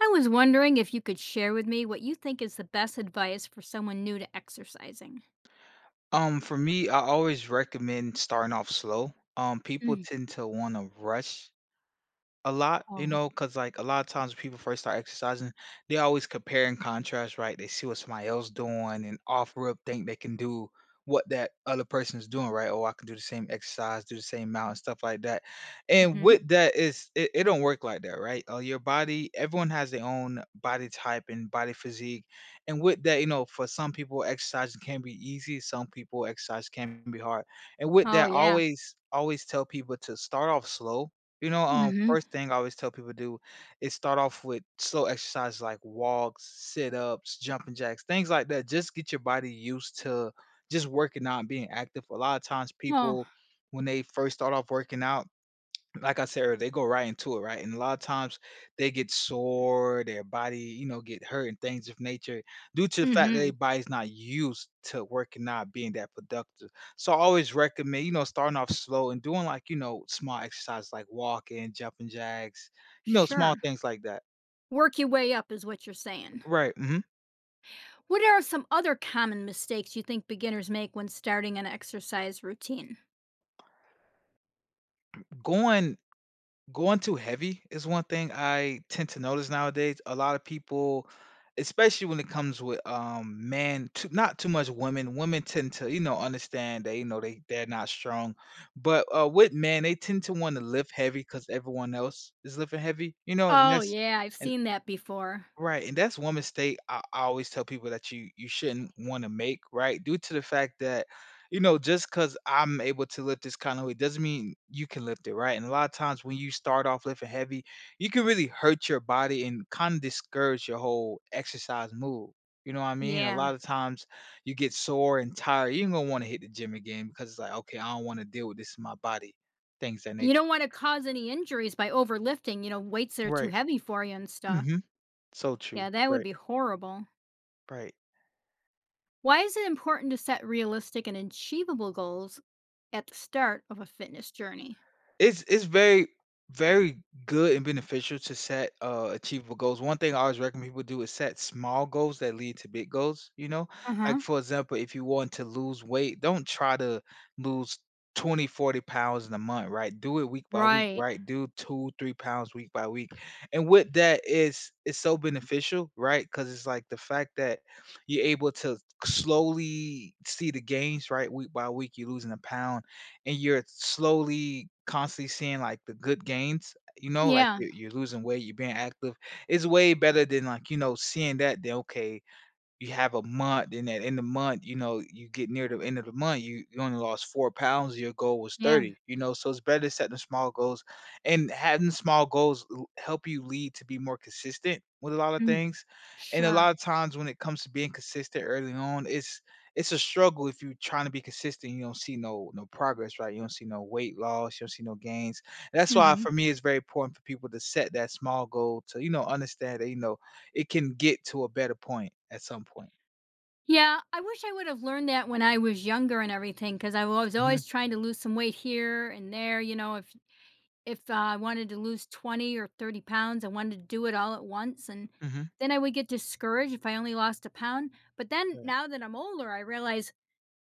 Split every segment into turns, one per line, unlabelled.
I was wondering if you could share with me what you think is the best advice for someone new to exercising.
For me, I always recommend starting off slow. People
Mm.
tend to want to rush a lot, you
Oh.
know, because like, a lot of times when people first start exercising, they always compare and contrast, right? They see what somebody else doing and off rip think they can do what that other person's doing, right? "Oh, I can do the same exercise, do the same amount," and stuff like that, and
Mhm.
with that, is it don't work like that, right? Your body everyone has their own body type and body physique, and with that, you know, for some people, exercising can be easy, some people, exercise can be hard, and with
Oh,
that, I
yeah.
always tell people to start off slow.
Mhm.
First thing I always tell people to do is start off with slow exercises like walks, sit-ups, jumping jacks, things like that. Just get your body used to just working out and being active. A lot of times
Oh.
people when they first start off working out, like I said earlier, they go right into it, right? And a lot of times they get sore, their body, you know, get hurt and things of nature due to the fact that their
Mhm.
body's not used to working out, being that productive. So I always recommend, you know, starting off slow and doing like, you know, small exercises like walking, jumping jacks, you know, small
Sure.
things like that.
Work your way up is what you're saying.
Right. Hmm.
What are some other common mistakes you think beginners make when starting an exercise routine?
Going Going too heavy is one thing I tend to notice nowadays. A lot of people, especially when it comes with men, too, not too much women. Women tend to, you know, understand that you know they're not strong, but with men, they tend to want to lift heavy because everyone else is lifting heavy, you know, and
Oh,
that's
yeah, I've
and
seen that before.
Right, and that's one mistake I always tell people that you shouldn't wanna make, right? Due to the fact that, you know, just because 'cause I'm able to lift this kind of weight doesn't mean you can lift it, right? And a lot of times when you start off lifting heavy, you can really hurt your body and kinda discourage your whole exercise move, you know what I mean? A
Yeah.
lot of times you get sore and tired, you are gonna wanna hit the gym again because it's like, "Okay, I don't wanna deal with this in my body," things of that
You
nature.
don't want to cause any injuries by overlifting, weights that are too
Right.
heavy for you and stuff.
Mhm. So true.
Yeah, that would
Right,
be horrible.
right.
Why is it important to set realistic and achievable goals at the start of a fitness journey?
It's very very good and beneficial to set achievable goals. One thing I always recommend people do is set small goals that lead to big goals, you know? Like
Uh-huh.
for example, if you want to lose weight, don't try to lose 20-40 pounds in a month, right? Do it week by week,
Right.
right? Do 2-3 pounds week by week. And with that is it's so beneficial, right? Because it's like the fact that you're able to slowly see the gains, right? Week by week, you're losing a pound and you're slowly constantly seeing like the good gains, you know, like
Yeah.
you're losing weight, you're being active. It's way better than like, you know, seeing that then okay, you have a month, and at end of the month, you know, you get near the end of the month, you only lost 4 pounds, your goal was
Yeah.
30, you know, so it's better setting small goals and having small goals l help you lead to be more consistent with a lot of
Mhm.
things, and a lot
Sure.
of times when it comes to being consistent early on, it's a struggle if you are trying to be consistent, you don't see no progress, right? You don't see no weight loss, you don't see no gains, that's why
Mhm.
for me, it's very important for people to set that small goal to, you know, understand that, you know, it can get to a better point at some point.
Yeah, I wish I would have learned that when I was younger and everything, because I was
Mhm,
always trying to lose some weight here and there. You know, if I wanted to lose 20 or 30 pounds, I wanted to do it all at once, and
mhm.
then I would get discouraged if I only lost a pound. But then
Right.
now that I'm older, I realize,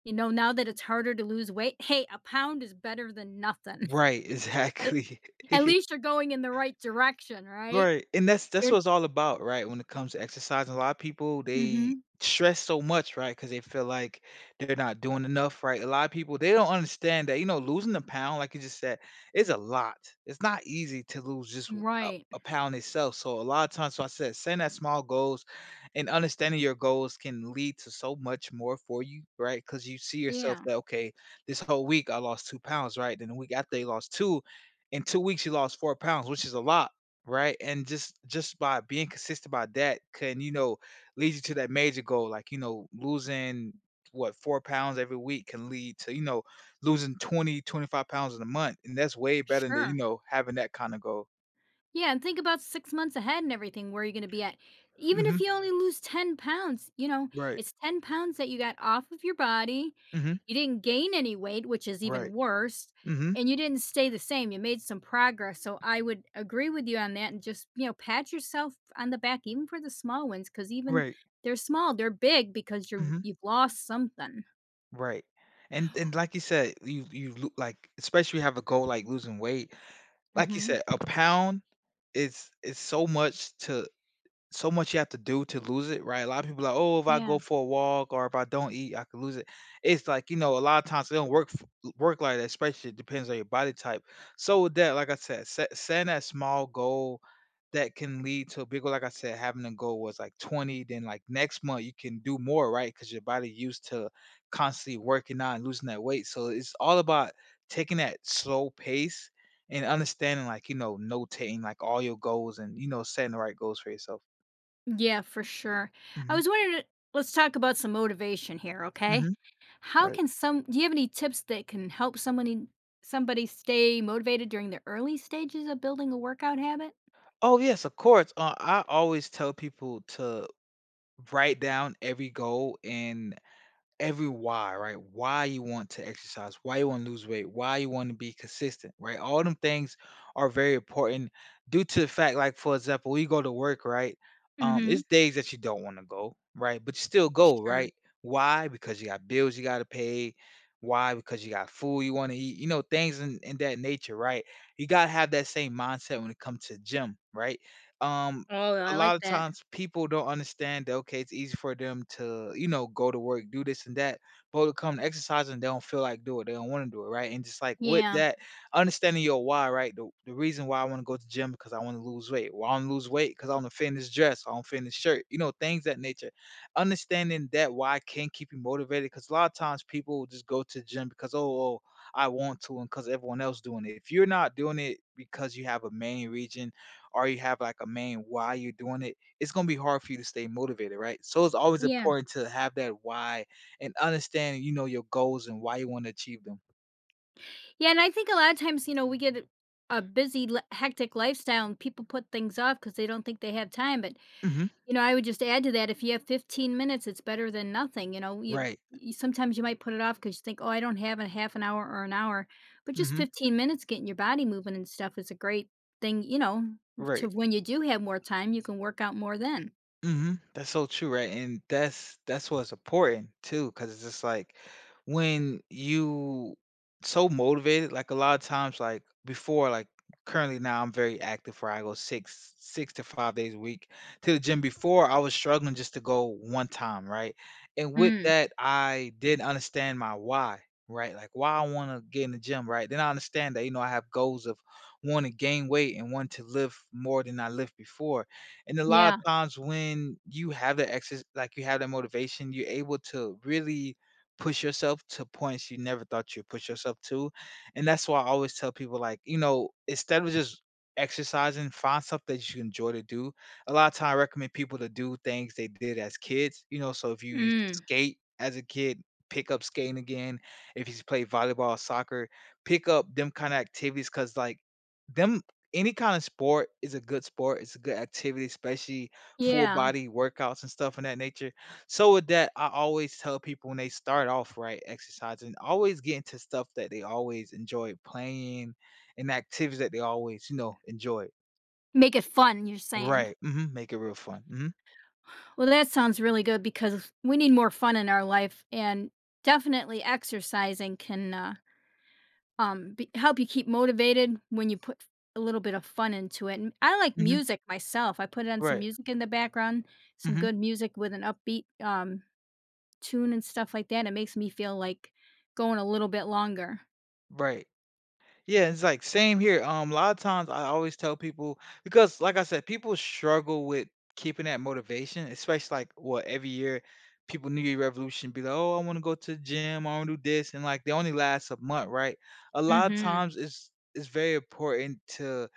you know, now that it's harder to lose weight, hey, a pound is better than nothing.
Right,
At
exactly.
at least you're going in the right direction, right?
Right, and that's
You're
what it's all about, right? When it comes to exercising, a lot of people they
Mhm.
stress so much, right? Because they feel like they're not doing enough, right? A lot of people they don't understand that you know losing a pound, like you just said, is a lot. It's not easy to lose just a,
Right.
a pound itself. So a lot of times, so I said, setting that small goals and understanding your goals can lead to so much more for you, right? Because you see yourself
Yeah.
that okay, this whole week I lost 2 pounds, right? Then the week after you lost two, in 2 weeks you lost 4 pounds, which is a lot right? And just by being consistent about that can, you know, lead you to that major goal. Like, you know, losing what 4 pounds every week can lead to, you know, losing 20-25 pounds in a month. And that's way better than, you
Sure.
know, having that kind of goal.
Yeah, and think about 6 months ahead and everything, where you're going to be at. Even if
Hmm.
you only lose 10 pounds,
Right.
it's 10 pounds that you got off of your body.
Hmm.
You didn't gain any weight, which is even
Right.
worse.
Hmm.
And you didn't stay the same. You made some progress. So I would agree with you on that and just, pat yourself on the back, even for the small ones, because even
Right.
they're small, they're big because you're,
Hmm.
you've lost something.
Right. And like you said, you like especially you have a goal like losing weight. Like you
Hmm.
said, a pound is so much to so much you have to do to lose it, right? A lot of people are like, oh, if I go
Yeah.
for a walk or if I don't eat, I could lose it. It's like you know, a lot of times it don't work work like that. Especially it depends on your body type. So with that, like I said, setting that small goal that can lead to a big goal. Like I said, having a goal was like 20. Then like next month you can do more, right? Because your body used to constantly working out and losing that weight. So it's all about taking that slow pace and understanding, like you know, notating like all your goals and you know, setting the right goals for yourself.
Yeah, for sure. I
Mhm,
was wondering, let's talk about some motivation here, okay?
mhm.
How
Right?
can some Do you have any tips that can help somebody stay motivated during the early stages of building a workout habit?
Oh, yes, of course, I always tell people to write down every goal and every why, right? Why you want to exercise, why you want to lose weight, why you want to be consistent, right? All them things are very important due to the fact, like for example, we go to work, right? Um,
Mhm.
it's days that you don't want to go, right? But you still go,
Sure.
right? Why? Because you got bills you gotta pay. Why? Because you got food you want to eat, you know, things in that nature, right? You gotta have that same mindset when it comes to gym, right? Um,
Oh,
a
I
lot
like
of
that.
times people don't understand that okay, it's easy for them to, you know, go to work, do this and that, but to come to exercise and they don't feel like do it. They don't want to do it, right? And just like with
Yeah.
that, understanding your why, right? The reason why I want to go to gym because I want to lose weight. Well, I want to lose weight because I want to fit in this dress, I want to fit in this shirt, you know, things that nature. Understanding that why can keep you motivated because a lot of times people will just go to the gym because oh I want to and because everyone else doing it. If you're not doing it because you have a main region or you have like a main why you're doing it, it's gonna be hard for you to stay motivated, right? So it's always
Yeah.
important to have that why and understand, you know, your goals and why you want to achieve them.
Yeah, and I think a lot of times, we get a busy, hectic lifestyle and people put things off because they don't think they have time. But,
Hmm.
you know, I would just add to that if you have 15 minutes, it's better than nothing. You know, you,
Right.
you sometimes you might put it off because you think, oh, I don't have a half an hour or an hour. But just
Hmm.
15 minutes getting your body moving and stuff is a great thing, to
Right.
when you do have more time, you can work out more then.
Hmm. That's so true, right? And that's what's important too, because it's just like when you so motivated, like a lot of times, like before, like currently now I'm very active where I go 6 to 5 days a week to the gym. Before I was struggling just to go one time, right? And with
Mm,
that, I didn't understand my why. Right, like why I want to get in the gym, right? Then I understand that you know I have goals of wanting to gain weight and wanting to live more than I lived before and a lot
yeah.
of times when you have the excess like you have that motivation, you're able to really push yourself to points you never thought you'd push yourself to. And that's why I always tell people like, you know, instead of just exercising, find something that you enjoy to do. A lot of time I recommend people to do things they did as kids. You know, so if you used to
Mm,
skate as a kid, pick up skating again. If you used to play volleyball, soccer, pick up them kind of activities because like them any kind of sport is a good sport. It's a good activity, especially full
yeah.
body workouts and stuff in that nature. So with that, I always tell people when they start off right exercising, always get into stuff that they always enjoy playing and activities that they always enjoy.
Make it fun, you're saying.
Right. Make it real fun. Hmm.
Well, that sounds really good because we need more fun in our life, and definitely exercising can help you keep motivated when you put a little bit of fun into it. And I like
Hmm.
music myself. I put on some
Right.
music in the background, some
Hmm.
good music with an upbeat tune and stuff like that. It makes me feel like going a little bit longer.
Right. Yeah, it's like same here. A lot of times I always tell people because, like I said, people struggle with keeping that motivation, especially like what every year people New Year Revolution be like, oh, I want to go to the gym, I want to do this, and like they only last a month, right? A lot of
Hmm.
times it's very important to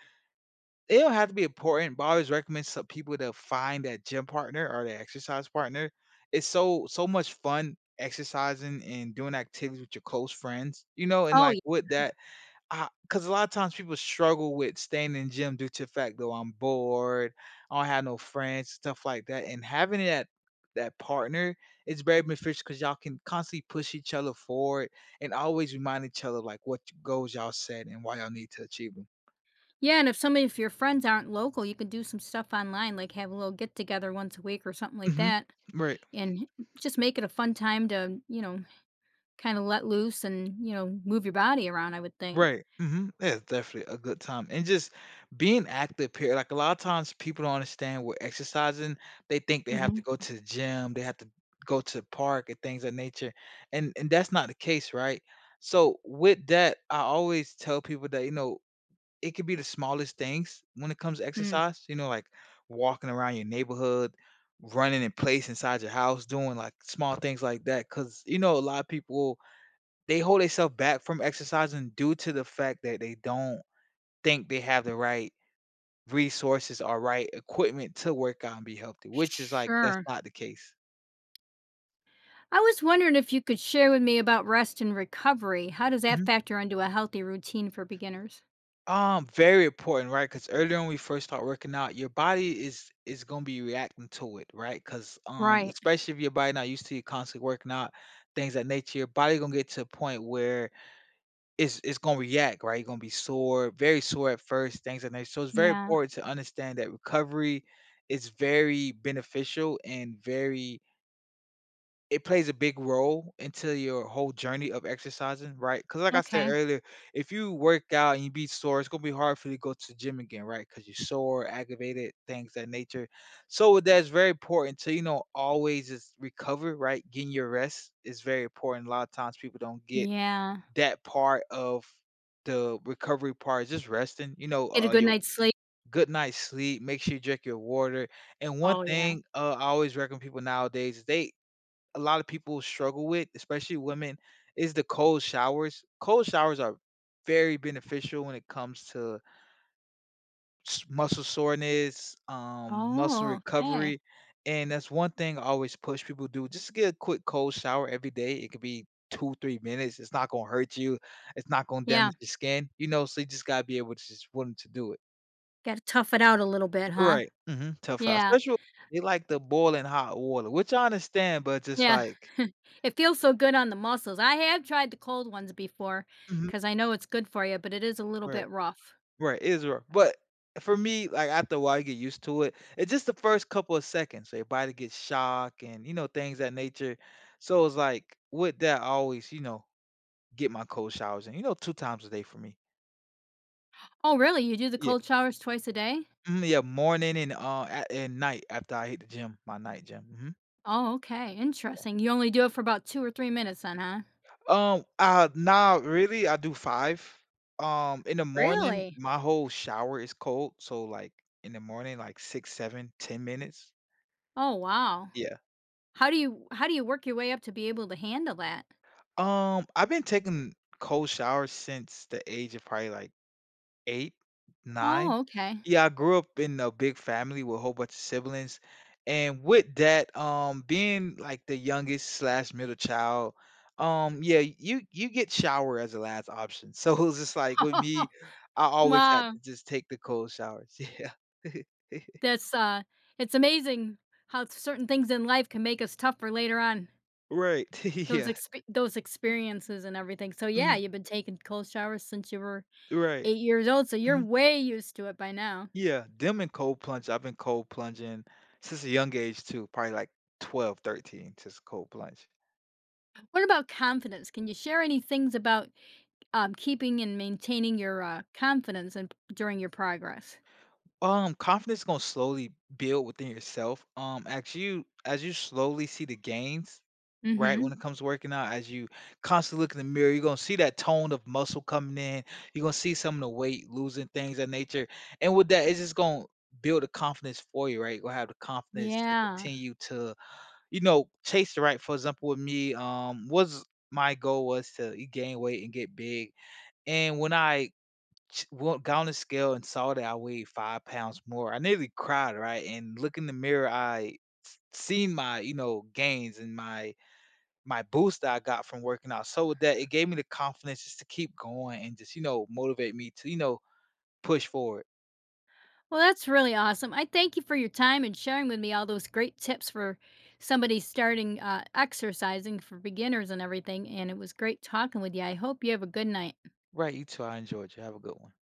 it don't have to be important, but I always recommend some people to find that gym partner or the exercise partner. It's so much fun exercising and doing activities with your close friends, you know, and
Oh,
like with that. Cause a lot of times people struggle with staying in gym due to the fact, though, "I'm bored, I don't have no friends," stuff like that, and having that partner is very beneficial because 'cause y'all can constantly push each other forward and always remind each other, like, what goals y'all set and why y'all need to achieve 'em.
yeah. And if some of your friends aren't local, you can do some stuff online, like have a little get together once a week or something like
Mhm.
that.
Right.
And just make it a fun time to, kind of let loose and, move your body around, I would think.
Right. Mhm. Yeah, it's definitely a good time. And just being active here. Like a lot of times people don't understand what exercising, they think they have to
Mhm.
go to the gym, they have to go to the park and things of nature. And that's not the case, right? So with that, I always tell people that, you know, it could be the smallest things when it comes to
Mm.
exercise, you know, like walking around your neighborhood, running in place inside your house, doing like small things like that. Cause you know, a lot of people they hold themselves back from exercising due to the fact that they don't think they have the right resources or right equipment to work out and be healthy, which is like that's
Sure.
not the case.
I was wondering if you could share with me about rest and recovery. How does that
Mhm.
factor into a healthy routine for beginners?
Very important, right? Because earlier when we first start working out, your body is gonna be reacting to it, right? Because
Right.
especially if your body not used to you constantly working out, things of that nature, your body gonna get to a point where is gonna react, right? You're gonna be sore, very sore at first, things like that. So it's very
Yeah.
important to understand that recovery is very beneficial and very it plays a big role into your whole journey of exercising, right? Because like I said
Okay.
earlier, if you work out and you be sore, it's gonna be hard for you to go to the gym again, right? Because you're sore, aggravated, things of that nature. So that's very important to, you know, always just recover, right? Getting your rest is very important. A lot of times people don't get
Yeah.
that part of the recovery part is just resting, you know,
Get a good
your
night's sleep.
good night's sleep, make sure you drink your water. And one
Oh, yeah.
thing, I always recommend people nowadays is they a lot of people struggle with, especially women, is the cold showers. Cold showers are very beneficial when it comes to muscle soreness, muscle
Oh, okay.
recovery. And that's one thing I always push people to do. Just get a quick cold shower every day. It could be 2, 3 minutes. It's not gonna hurt you. It's not gonna
Yeah.
damage your skin. You know, so you just gotta be able to just willing to do it.
Got to tough it out a little bit, huh?
Right. Tough out.
Yeah.
Especially they like the boiling hot water, which I understand, but just
Yeah.
like.
It feels so good on the muscles. I have tried the cold ones before,
Mhm.
cause I know it's good for you, but it is a little
Right.
bit rough.
Right, it is rough, but for me, like, after a while, you get used to it. It's just the first couple of seconds, so your body gets shocked and, you know, things that nature. So it's like, with that, I always, you know, get my cold showers and, you know, 2 times a day for me.
Oh, really? You do the
Yeah.
cold showers twice a day?
Mhm, yeah, morning and, at and night after I hit the gym, my night gym. Mhm.
Oh, okay, interesting. You only do it for about 2 or 3 minutes then, huh?
Now really, I do 5. In the morning,
Really?
my whole shower is cold, so, like, in the morning, like, 6, 7, 10 minutes.
Oh, wow.
Yeah.
How do you work your way up to be able to handle that?
I've been taking cold showers since the age of probably like 8, 9.
Oh, okay.
Yeah, I grew up in a big family with a whole bunch of siblings, and with that, being like the youngest slash middle child. Yeah, you get shower as a last option. So it was just like with me, I always had
Wow.
to just take the cold showers. Yeah.
That's, uh it's amazing how certain things in life can make us tougher later on.
Right.
Those
Yeah.
expe those experiences and everything. So, yeah,
Mm,
you've been taking cold showers since you were
right.
8 years old, so you're
Mhm.
way used to it by now.
Yeah, them and cold plunge. I've been cold plunging since a young age too, probably like 12, 13, just cold plunge.
What about confidence? Can you share any things about, keeping and maintaining your, confidence and during your progress?
Confidence gonna slowly build within yourself. As you slowly see the gains, right? When
Mhm.
it comes to working out, as you constantly look in the mirror, you're gonna see that tone of muscle coming in, you're gonna see some of the weight losing things of nature. And with that, it's just gonna build the confidence for you, right? You're gonna have the confidence to
Yeah.
continue to, chase the right, for example, with me, was my goal was to gain weight and get big. And when I went got on the scale and saw that I weighed 5 pounds more, I nearly cried, right? And look in the mirror, I seen my, you know, gains and my boost that I got from working out. So with that, it gave me the confidence just to keep going and just, you know, motivate me to, you know, push forward.
Well, that's really awesome. I thank you for your time and sharing with me all those great tips for somebody starting, exercising for beginners and everything, and it was great talking with you. I hope you have a good night.
Right, you too. I enjoyed you. Have a good one.